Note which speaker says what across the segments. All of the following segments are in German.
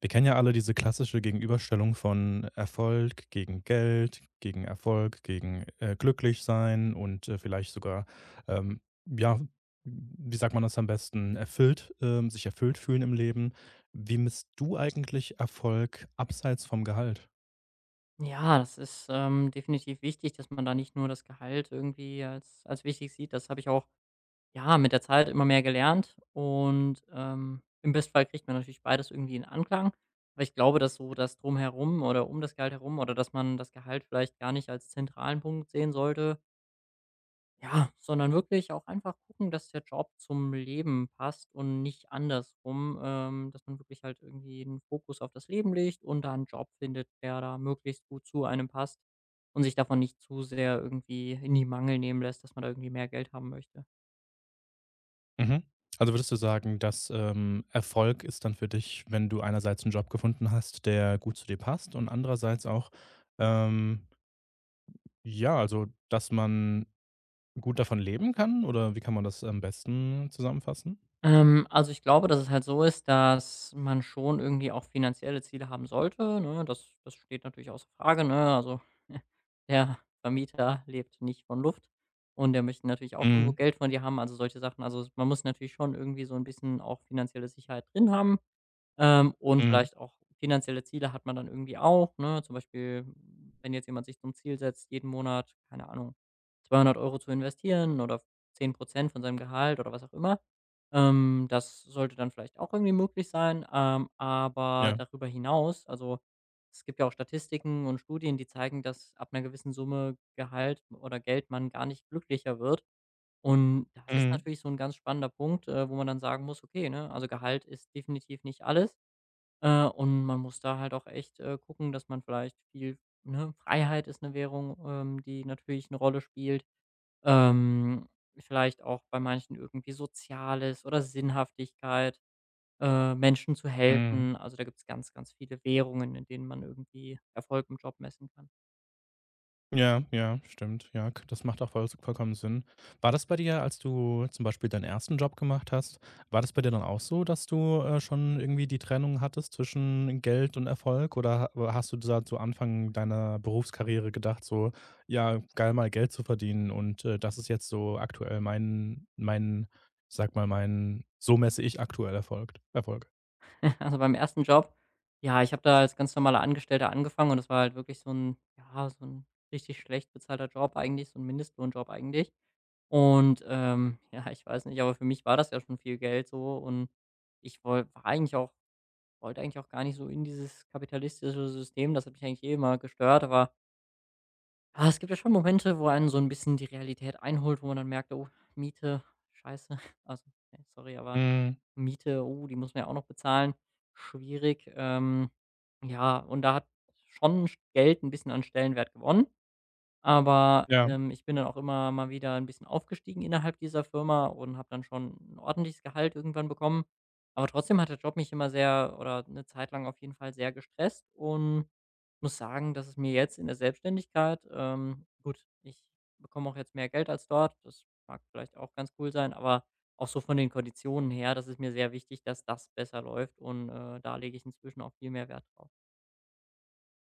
Speaker 1: Wir kennen ja alle diese klassische Gegenüberstellung von Erfolg gegen Geld, gegen Erfolg, gegen glücklich sein und vielleicht sogar, ähm, ja, wie sagt man das am besten, erfüllt, sich erfüllt fühlen im Leben. Wie misst du eigentlich Erfolg abseits vom Gehalt?
Speaker 2: Ja, das ist, definitiv wichtig, dass man da nicht nur das Gehalt irgendwie als wichtig sieht. Das habe ich auch, ja, mit der Zeit immer mehr gelernt und, im Bestfall kriegt man natürlich beides irgendwie in Anklang. Aber ich glaube, dass so das Drumherum oder um das Gehalt herum oder dass man das Gehalt vielleicht gar nicht als zentralen Punkt sehen sollte, ja, sondern wirklich auch einfach gucken, dass der Job zum Leben passt und nicht andersrum, dass man wirklich halt irgendwie den Fokus auf das Leben legt und da einen Job findet, der da möglichst gut zu einem passt und sich davon nicht zu sehr irgendwie in die Mangel nehmen lässt, dass man da irgendwie mehr Geld haben möchte.
Speaker 1: Mhm. Also würdest du sagen, dass Erfolg ist dann für dich, wenn du einerseits einen Job gefunden hast, der gut zu dir passt und andererseits auch, ähm, ja, also dass man gut davon leben kann? Oder wie kann man das am besten zusammenfassen?
Speaker 2: Also ich glaube, dass es halt so ist, dass man schon irgendwie auch finanzielle Ziele haben sollte, ne? Das steht natürlich außer Frage, ne? Also, der Vermieter lebt nicht von Luft und der möchte natürlich auch irgendwo
Speaker 1: Mhm,
Speaker 2: Geld von dir haben, also solche Sachen. Also, man muss natürlich schon irgendwie so ein bisschen auch finanzielle Sicherheit drin haben. Und
Speaker 1: mhm,
Speaker 2: vielleicht auch finanzielle Ziele hat man dann irgendwie auch, ne? Zum Beispiel, wenn jetzt jemand sich zum Ziel setzt, jeden Monat, keine Ahnung, 200 Euro zu investieren oder 10% von seinem Gehalt oder was auch immer. Das sollte dann vielleicht auch irgendwie möglich sein. Aber
Speaker 1: ja,
Speaker 2: darüber hinaus, also es gibt ja auch Statistiken und Studien, die zeigen, dass ab einer gewissen Summe Gehalt oder Geld man gar nicht glücklicher wird. Und das ist
Speaker 1: mhm,
Speaker 2: natürlich so ein ganz spannender Punkt, wo man dann sagen muss: „Okay, ne, also Gehalt ist definitiv nicht alles.“ Und man muss da halt auch echt, gucken, dass man vielleicht viel, ne, Freiheit ist eine Währung, die natürlich eine Rolle spielt. Ähm, Vielleicht auch bei manchen irgendwie Soziales oder Sinnhaftigkeit, Menschen zu
Speaker 1: mhm.
Speaker 2: helfen. Also, da gibt es ganz, ganz viele Währungen, in denen man irgendwie Erfolg im Job messen kann.
Speaker 1: Ja, ja, stimmt. Ja, k das macht auch vollkommen Sinn. War das bei dir, als du zum Beispiel deinen ersten Job gemacht hast, war das bei dir dann auch so, dass du, schon irgendwie die Trennung hattest zwischen Geld und Erfolg? Oder ha hast du da zu Anfang deiner Berufskarriere gedacht so: „Ja, geil, mal Geld zu verdienen und, das ist jetzt so aktuell mein, sag mal, mein, so messe ich aktuell Erfolg.“
Speaker 2: Also, beim ersten Job, ja, ich habe da als ganz normaler Angestellter angefangen und das war halt wirklich so ein richtig schlecht bezahlter Job eigentlich, so ein Mindestlohnjob eigentlich. Und, ja, ich weiß nicht, aber für mich war das ja schon viel Geld so und ich wollte eigentlich auch gar nicht so in dieses kapitalistische System. Das hat mich eigentlich eh immer gestört, aber, es gibt ja schon Momente, wo einen so ein bisschen die Realität einholt, wo man dann merkt: „Oh, Miete, scheiße.“ Also, ne, sorry, aber
Speaker 1: Mhm,
Speaker 2: Miete, oh, die muss man ja auch noch bezahlen. Schwierig. Ja, und da hat schon Geld ein bisschen an Stellenwert gewonnen. Aber,
Speaker 1: ja.
Speaker 2: ich bin dann auch immer mal wieder ein bisschen aufgestiegen innerhalb dieser Firma und habe dann schon ein ordentliches Gehalt irgendwann bekommen. Aber trotzdem hat der Job mich immer sehr oder eine Zeit lang auf jeden Fall sehr gestresst und muss sagen, dass es mir jetzt in der Selbstständigkeit gut, ich bekomme auch jetzt mehr Geld als dort, das mag vielleicht auch ganz cool sein, aber auch so von den Konditionen her, das ist mir sehr wichtig, dass das besser läuft und, da lege ich inzwischen auch viel mehr Wert drauf.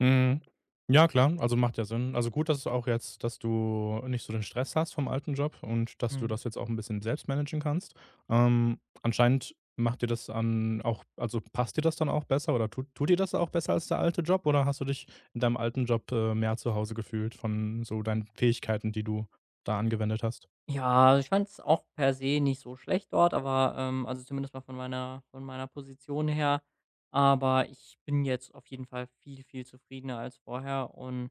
Speaker 1: Mhm. Ja, klar, also macht ja Sinn. Also gut, dass es auch jetzt, dass du nicht so den Stress hast vom alten Job und dass du
Speaker 2: Mhm.
Speaker 1: das jetzt auch ein bisschen selbst managen kannst. Anscheinend macht dir das an auch, also passt dir das dann auch besser oder tut dir das auch besser als der alte Job? Oder hast du dich in deinem alten Job, mehr zu Hause gefühlt von so deinen Fähigkeiten, die du da angewendet hast?
Speaker 2: Ja, ich fand es auch per se nicht so schlecht dort, aber, also zumindest mal von meiner Position her. Aber ich bin jetzt auf jeden Fall viel, viel zufriedener als vorher und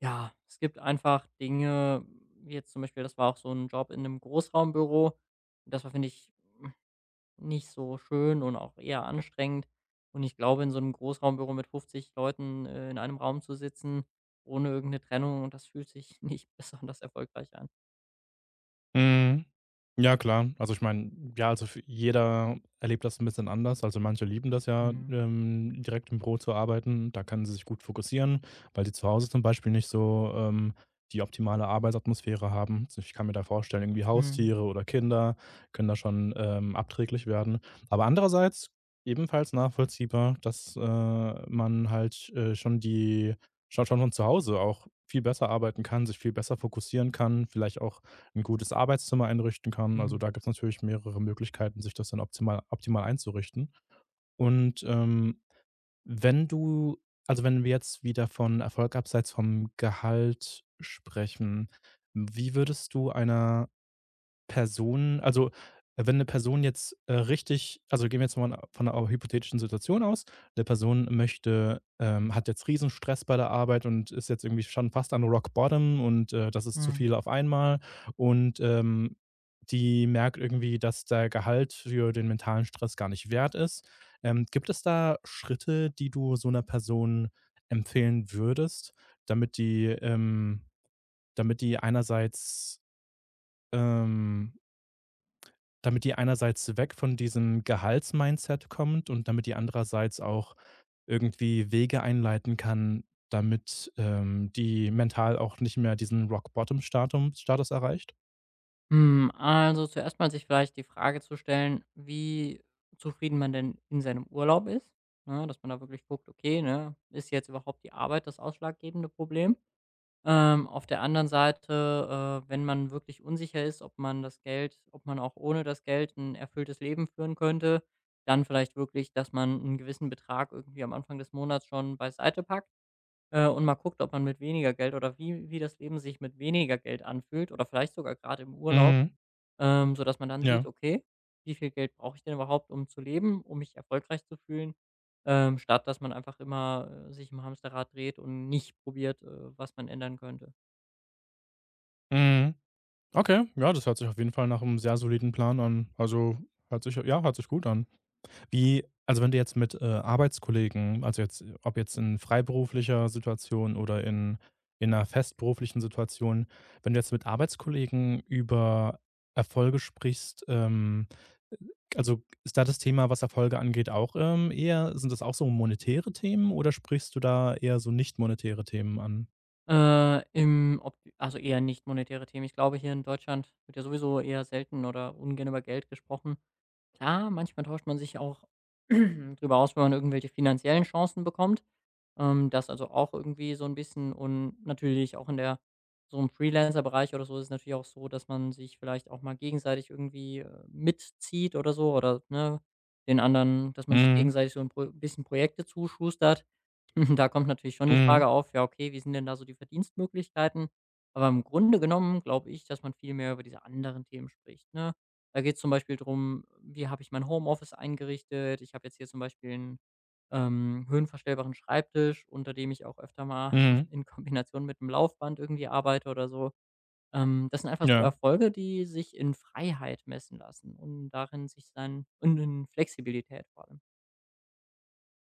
Speaker 2: ja, es gibt einfach Dinge wie jetzt zum Beispiel, das war auch so ein Job in einem Großraumbüro. Das war, finde ich, nicht so schön und auch eher anstrengend. Und ich glaube, in so einem Großraumbüro mit 50 Leuten, in einem Raum zu sitzen, ohne irgendeine Trennung, das fühlt sich nicht besonders erfolgreich an.
Speaker 1: Mhm. Ja, klar. Also ich meine, ja, also für jeder erlebt das ein bisschen anders. Also manche lieben das ja,
Speaker 2: Mhm.
Speaker 1: direkt im Büro zu arbeiten. Da können sie sich gut fokussieren, weil sie zu Hause zum Beispiel nicht so, die optimale Arbeitsatmosphäre haben. So, ich kann mir da vorstellen, irgendwie
Speaker 2: Mhm.
Speaker 1: Haustiere oder Kinder können da schon, abträglich werden. Aber andererseits ebenfalls nachvollziehbar, dass, man halt, schon die schon von zu Hause auch viel besser arbeiten kann, sich viel besser fokussieren kann, vielleicht auch ein gutes Arbeitszimmer einrichten kann. Also,
Speaker 2: Mhm.
Speaker 1: da gibt es natürlich mehrere Möglichkeiten, sich das dann optimal einzurichten. Und, wenn du, also, wenn wir jetzt wieder von Erfolg abseits vom Gehalt sprechen, wie würdest du einer Personen, also, wenn eine Person jetzt, richtig, also, gehen wir jetzt mal von einer hypothetischen Situation aus. Eine Person möchte, hat jetzt Riesenstress bei der Arbeit und ist jetzt irgendwie schon fast an Rock Bottom und, das ist zu
Speaker 2: Mhm.
Speaker 1: viel auf einmal und, die merkt irgendwie, dass der Gehalt für den mentalen Stress gar nicht wert ist. Gibt es da Schritte, die du so einer Person empfehlen würdest, damit die ähm, damit die einerseits, ähm damit ihr einerseits weg von diesem Gehaltsmindset kommt und damit ihr andererseits auch irgendwie Wege einleiten kann, damit, die mental auch nicht mehr diesen Rock Bottom Status erreicht?
Speaker 2: Hm, also zuerst mal sich vielleicht die Frage zu stellen, wie zufrieden man denn in seinem Urlaub ist, ne? Dass man da wirklich guckt, okay, ne, ist jetzt überhaupt die Arbeit das ausschlaggebende Problem? Auf der anderen Seite, wenn man wirklich unsicher ist, ob man auch ohne das Geld ein erfülltes Leben führen könnte, dann vielleicht wirklich, dass man einen gewissen Betrag irgendwie am Anfang des Monats schon beiseite packt, und mal guckt, ob man mit weniger Geld oder wie das Leben sich mit weniger Geld anfühlt oder vielleicht sogar gerade im Urlaub.
Speaker 1: Mhm,
Speaker 2: Sodass man dann sieht:
Speaker 1: ja.
Speaker 2: „Okay, wie viel Geld brauche ich denn überhaupt, um zu leben, um mich erfolgreich zu fühlen?“ Statt dass man einfach immer, sich im Hamsterrad dreht und nicht probiert, was man ändern könnte.
Speaker 1: Mhm. Okay, ja, das hört sich auf jeden Fall nach einem sehr soliden Plan an. Also, hört sich ja, hört sich gut an. Wie, also, wenn du jetzt mit, Arbeitskollegen, also, jetzt ob jetzt in freiberuflicher Situation oder in 'ner festberuflichen Situation, wenn du jetzt mit Arbeitskollegen über Erfolge sprichst, also, ist da das Thema, was Erfolge angeht, auch, eher, sind das auch so monetäre Themen oder sprichst du da eher so nicht monetäre Themen an?
Speaker 2: Im ob also eher nicht monetäre Themen. Ich glaube, hier in Deutschland wird ja sowieso eher selten oder ungern über Geld gesprochen. Klar, manchmal tauscht man sich auch drüber aus, wenn man irgendwelche finanziellen Chancen bekommt. Das also auch irgendwie so ein bisschen und natürlich auch in der so im Freelancer-Bereich oder so ist es natürlich auch so, dass man sich vielleicht auch mal gegenseitig irgendwie, mitzieht oder so oder, ne, den anderen dass man sich
Speaker 1: Mhm.
Speaker 2: gegenseitig so ein Pro bisschen Projekte zuschustert. Da kommt natürlich schon die
Speaker 1: Mhm.
Speaker 2: Frage auf, ja, okay, wie sind denn da so die Verdienstmöglichkeiten? Aber im Grunde genommen glaube ich, dass man viel mehr über diese anderen Themen spricht, ne? Da geht es zum Beispiel darum, wie habe ich mein Homeoffice eingerichtet? Ich habe jetzt hier zum Beispiel einen höhenverstellbaren Schreibtisch, unter dem ich auch öfter mal
Speaker 1: Mhm.
Speaker 2: in Kombination mit einem Laufband irgendwie arbeite oder so. Das sind einfach so
Speaker 1: Ja.
Speaker 2: Erfolge, die sich in Freiheit messen lassen und darin sich sein und in Flexibilität vor allem.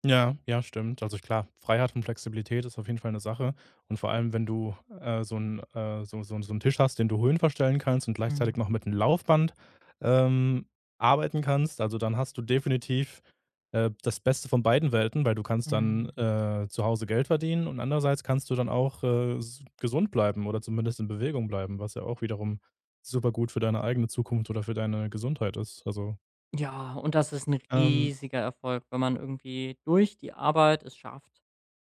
Speaker 1: Ja, ja, stimmt. Also klar, Freiheit und Flexibilität ist auf jeden Fall eine Sache. Und vor allem, wenn du, so 'n so 'n Tisch hast, den du höhenverstellen kannst und
Speaker 2: Mhm,
Speaker 1: gleichzeitig noch mit einem Laufband, ähm, arbeiten kannst, also dann hast du definitiv, das Beste von beiden Welten, weil du kannst dann,
Speaker 2: mhm.
Speaker 1: zu Hause Geld verdienen und andererseits kannst du dann auch, s gesund bleiben oder zumindest in Bewegung bleiben, was ja auch wiederum super gut für deine eigene Zukunft oder für deine Gesundheit ist. Also,
Speaker 2: Ja, und das ist ein
Speaker 1: ähm,
Speaker 2: riesiger Erfolg, wenn man irgendwie durch die Arbeit es schafft,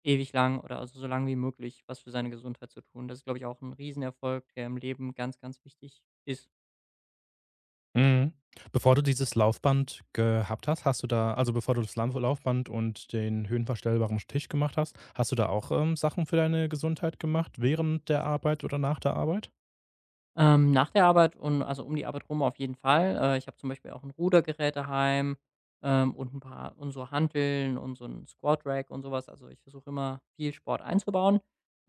Speaker 2: ewig lang oder also so lang wie möglich was für seine Gesundheit zu tun. Das ist, glaube ich, auch 'n Riesenerfolg, der im Leben ganz, ganz wichtig ist.
Speaker 1: mhm. Bevor du dieses Laufband gehabt hast, hast du da, also, bevor du das Lam Laufband und den höhenverstellbaren Tisch gemacht hast, hast du da auch, Sachen für deine Gesundheit gemacht während der Arbeit oder nach der Arbeit?
Speaker 2: Nach der Arbeit und also um die Arbeit rum auf jeden Fall. Ich habe zum Beispiel auch ein Rudergerät daheim, und ein paar und so Hanteln und so ein Squat Rack und sowas. Also, ich versuche immer, viel Sport einzubauen.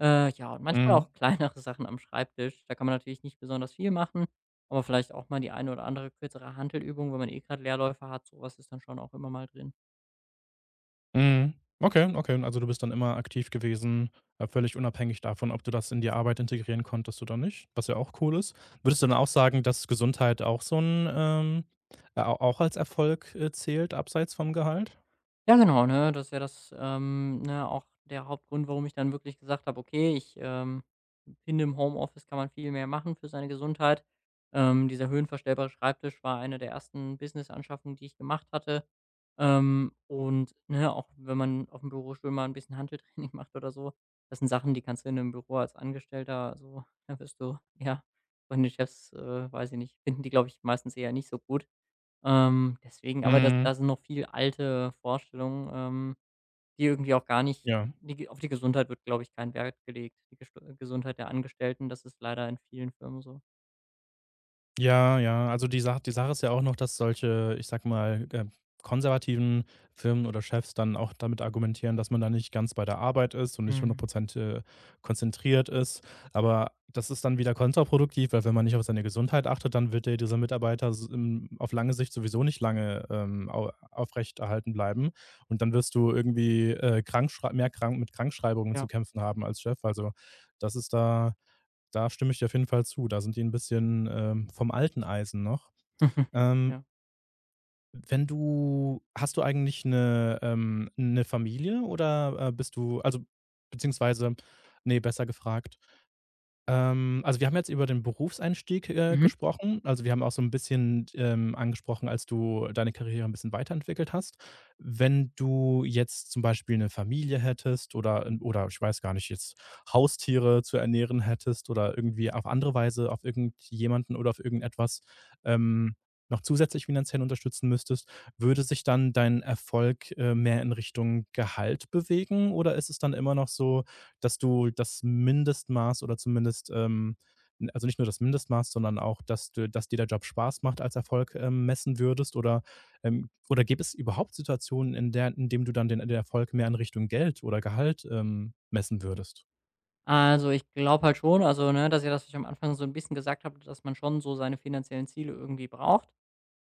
Speaker 2: Ja, und manchmal
Speaker 1: Mhm,
Speaker 2: auch kleinere Sachen am Schreibtisch. Da kann man natürlich nicht besonders viel machen, aber vielleicht auch mal die eine oder andere kürzere Hantelübung, wenn man eh gerade Leerläufe hat. Sowas ist dann schon auch immer mal drin.
Speaker 1: mhm. Okay, okay. Also, du bist dann immer aktiv gewesen, völlig unabhängig davon, ob du das in die Arbeit integrieren konntest oder nicht, was ja auch cool ist. Würdest du dann auch sagen, dass Gesundheit auch so ein au auch als Erfolg, zählt abseits vom Gehalt?
Speaker 2: Ja, genau, ne? Das ist ja das, ne, auch der Hauptgrund, warum ich dann wirklich gesagt habe: „Okay, ich, finde, im Homeoffice kann man viel mehr machen für seine Gesundheit.“ Dieser höhenverstellbare Schreibtisch war eine der ersten Business-Anschaffungen, die ich gemacht hatte. Und, ne, auch wenn man auf dem Bürostuhl mal ein bisschen Hanteltraining macht oder so, das sind Sachen, die kannst du in 'nem Büro als Angestellter so da wirst du ja, von den Chefs, weiß ich nicht finden die, glaube ich, meistens eher nicht so gut. Deswegen aber das
Speaker 1: Mhm,
Speaker 2: da sind noch viel alte Vorstellungen, die irgendwie auch gar nicht
Speaker 1: ja.
Speaker 2: die ge auf die Gesundheit wird, glaube ich, kein Wert gelegt, die Gestu Gesundheit der Angestellten. Das ist leider in vielen Firmen so.
Speaker 1: Ja, ja. Also die Sache ist ja auch noch, dass solche, ich sag mal, konservativen Firmen oder Chefs dann auch damit argumentieren, dass man da nicht ganz bei der Arbeit ist und nicht
Speaker 2: Mhm.
Speaker 1: 100, äh, konzentriert ist. Aber das ist dann wieder kontraproduktiv, weil wenn man nicht auf seine Gesundheit achtet, dann wird ja dieser Mitarbeiter s auf lange Sicht sowieso nicht lange, au aufrechterhalten bleiben. Und dann wirst du irgendwie, krank, mit Krankschreibungen zu
Speaker 2: Ja.
Speaker 1: kämpfen haben als Chef. Also, das ist da da stimme ich dir auf jeden Fall zu. Da sind die ein bisschen, vom alten Eisen noch. Ähm,
Speaker 2: Ja.
Speaker 1: wenn du hast du eigentlich eine 'ne Familie oder, bist du, also, beziehungsweise, nee, besser gefragt, also, wir haben jetzt über den Berufseinstieg,
Speaker 2: Mhm.
Speaker 1: gesprochen. Also, wir haben auch so ein bisschen, angesprochen, als du deine Karriere ein bisschen weiterentwickelt hast. Wenn du jetzt zum Beispiel eine Familie hättest oder 'n oder ich weiß gar nicht, jetzt Haustiere zu ernähren hättest oder irgendwie auf andere Weise auf irgendjemanden oder auf irgendetwas, ähm, noch zusätzlich finanziell unterstützen müsstest, würde sich dann dein Erfolg, mehr in Richtung Gehalt bewegen oder ist es dann immer noch so, dass du das Mindestmaß oder zumindest n also nicht nur das Mindestmaß, sondern auch, dass du, dass dir der Job Spaß macht, als Erfolg, messen würdest? Oder gäbe es überhaupt Situationen, in der in dem du dann den Erfolg mehr in Richtung Geld oder Gehalt, messen würdest?
Speaker 2: Also, ich glaube halt schon, also, ne, dass ihr das was ich am Anfang so ein bisschen gesagt habe, dass man schon so seine finanziellen Ziele irgendwie braucht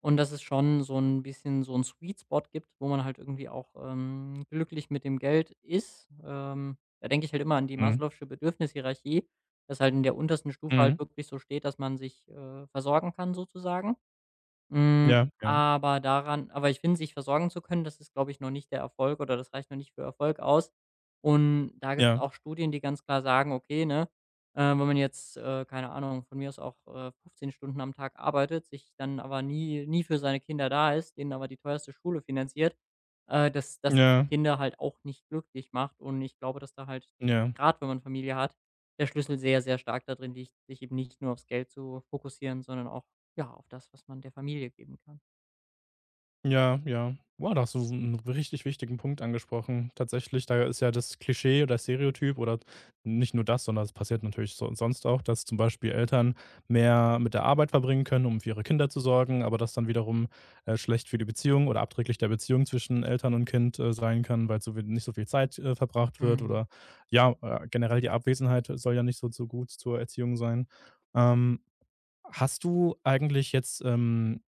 Speaker 2: und dass es schon so ein bisschen so ein Sweet Spot gibt, wo man halt irgendwie auch, glücklich mit dem Geld ist. Da denke ich halt immer an die
Speaker 1: Mhm.
Speaker 2: Maslow'sche Bedürfnishierarchie, dass halt in der untersten Stufe
Speaker 1: Mhm.
Speaker 2: halt wirklich so steht, dass man sich, versorgen kann sozusagen. Hm,
Speaker 1: Ja, ja,
Speaker 2: aber ich finde, sich versorgen zu können, das ist, glaube ich, noch nicht der Erfolg oder das reicht noch nicht für Erfolg aus. Und da gibt es
Speaker 1: ja,
Speaker 2: auch Studien, die ganz klar sagen: „Okay, ne, wenn man jetzt, keine Ahnung, von mir aus auch, 15 Stunden am Tag arbeitet, sich dann aber nie für seine Kinder da ist, denen aber die teuerste Schule finanziert, dass das
Speaker 1: ja,
Speaker 2: Kinder halt auch nicht glücklich macht.“ Und ich glaube, dass da halt,
Speaker 1: ja.
Speaker 2: gerade wenn man Familie hat, der Schlüssel sehr, sehr stark darin liegt, sich eben nicht nur aufs Geld zu fokussieren, sondern auch ja, auf das, was man der Familie geben kann.
Speaker 1: Ja, ja. Wow, da hast du so 'n richtig wichtigen Punkt angesprochen. Tatsächlich, da ist ja das Klischee oder Stereotyp oder nicht nur das, sondern es passiert natürlich so sonst auch, dass zum Beispiel Eltern mehr mit der Arbeit verbringen können, um für ihre Kinder zu sorgen, aber das dann wiederum, schlecht für die Beziehung oder abträglich der Beziehung zwischen Eltern und Kind, sein kann, weil so viel nicht so viel Zeit, verbracht wird
Speaker 2: Mhm.
Speaker 1: oder ja, generell die Abwesenheit soll ja nicht so gut zur Erziehung sein. Ähm, hast du eigentlich jetzt,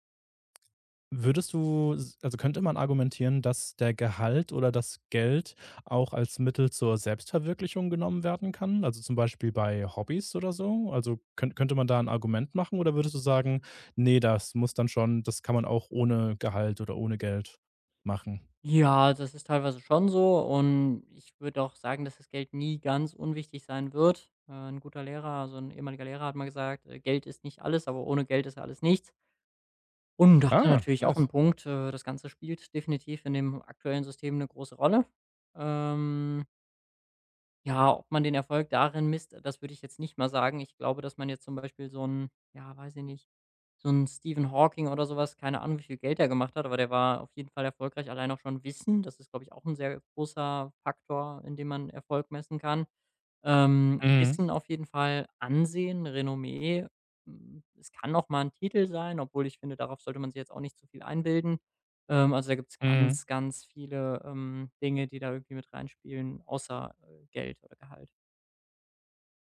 Speaker 1: würdest du s also, könnte man argumentieren, dass der Gehalt oder das Geld auch als Mittel zur Selbstverwirklichung genommen werden kann? Also, zum Beispiel bei Hobbys oder so? Also, könnte man da ein Argument machen oder würdest du sagen: „Nee, das muss dann schon, das kann man auch ohne Gehalt oder ohne Geld machen?“
Speaker 2: Ja, das ist teilweise schon so und ich würde auch sagen, dass das Geld nie ganz unwichtig sein wird. 'N guter Lehrer, also ein ehemaliger Lehrer hat mal gesagt: Geld ist nicht alles, aber ohne Geld ist ja alles nichts.“ Und da hat er
Speaker 1: Ah,
Speaker 2: natürlich auch
Speaker 1: nice.
Speaker 2: 'n Punkt. Das Ganze spielt definitiv in dem aktuellen System eine große Rolle. Ähm, ja, ob man den Erfolg darin misst, das würde ich jetzt nicht mal sagen. Ich glaube, dass man jetzt zum Beispiel so ein, ja, weiß ich nicht, so ein Stephen Hawking oder sowas, keine Ahnung, wie viel Geld er gemacht hat, aber der war auf jeden Fall erfolgreich. Allein auch schon Wissen, das ist, glaube ich, auch ein sehr großer Faktor, in dem man Erfolg messen kann.
Speaker 1: Mhm,
Speaker 2: Wissen auf jeden Fall, Ansehen, Renommee. Hm, es kann auch mal ein Titel sein, obwohl ich finde, darauf sollte man sich jetzt auch nicht zu viel einbilden. Also, da gibt's
Speaker 1: mhm.
Speaker 2: ganz, ganz viele, Dinge, die da irgendwie mit reinspielen, außer, Geld oder Gehalt.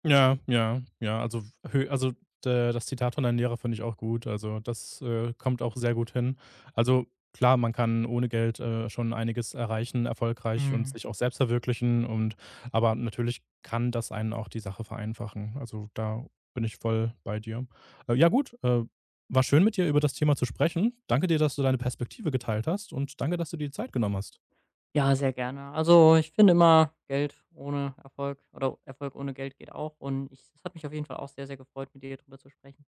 Speaker 1: Ja, ja, ja, also hö also, d das Zitat von deinem Lehrer finde ich auch gut. Also, das, kommt auch sehr gut hin. Also, klar, man kann ohne Geld, schon einiges erreichen, erfolgreich und
Speaker 2: Mhm.
Speaker 1: sich auch selbst verwirklichen, und aber natürlich kann das einen auch die Sache vereinfachen. Also, da bin ich voll bei dir. Ja gut, war schön, mit dir über das Thema zu sprechen. Danke dir, dass du deine Perspektive geteilt hast, und danke, dass du dir die Zeit genommen hast.
Speaker 2: Ja, sehr gerne. Also, ich finde immer, Geld ohne Erfolg oder Erfolg ohne Geld geht auch. Und ich es hat mich auf jeden Fall auch sehr, sehr gefreut, mit dir darüber zu sprechen.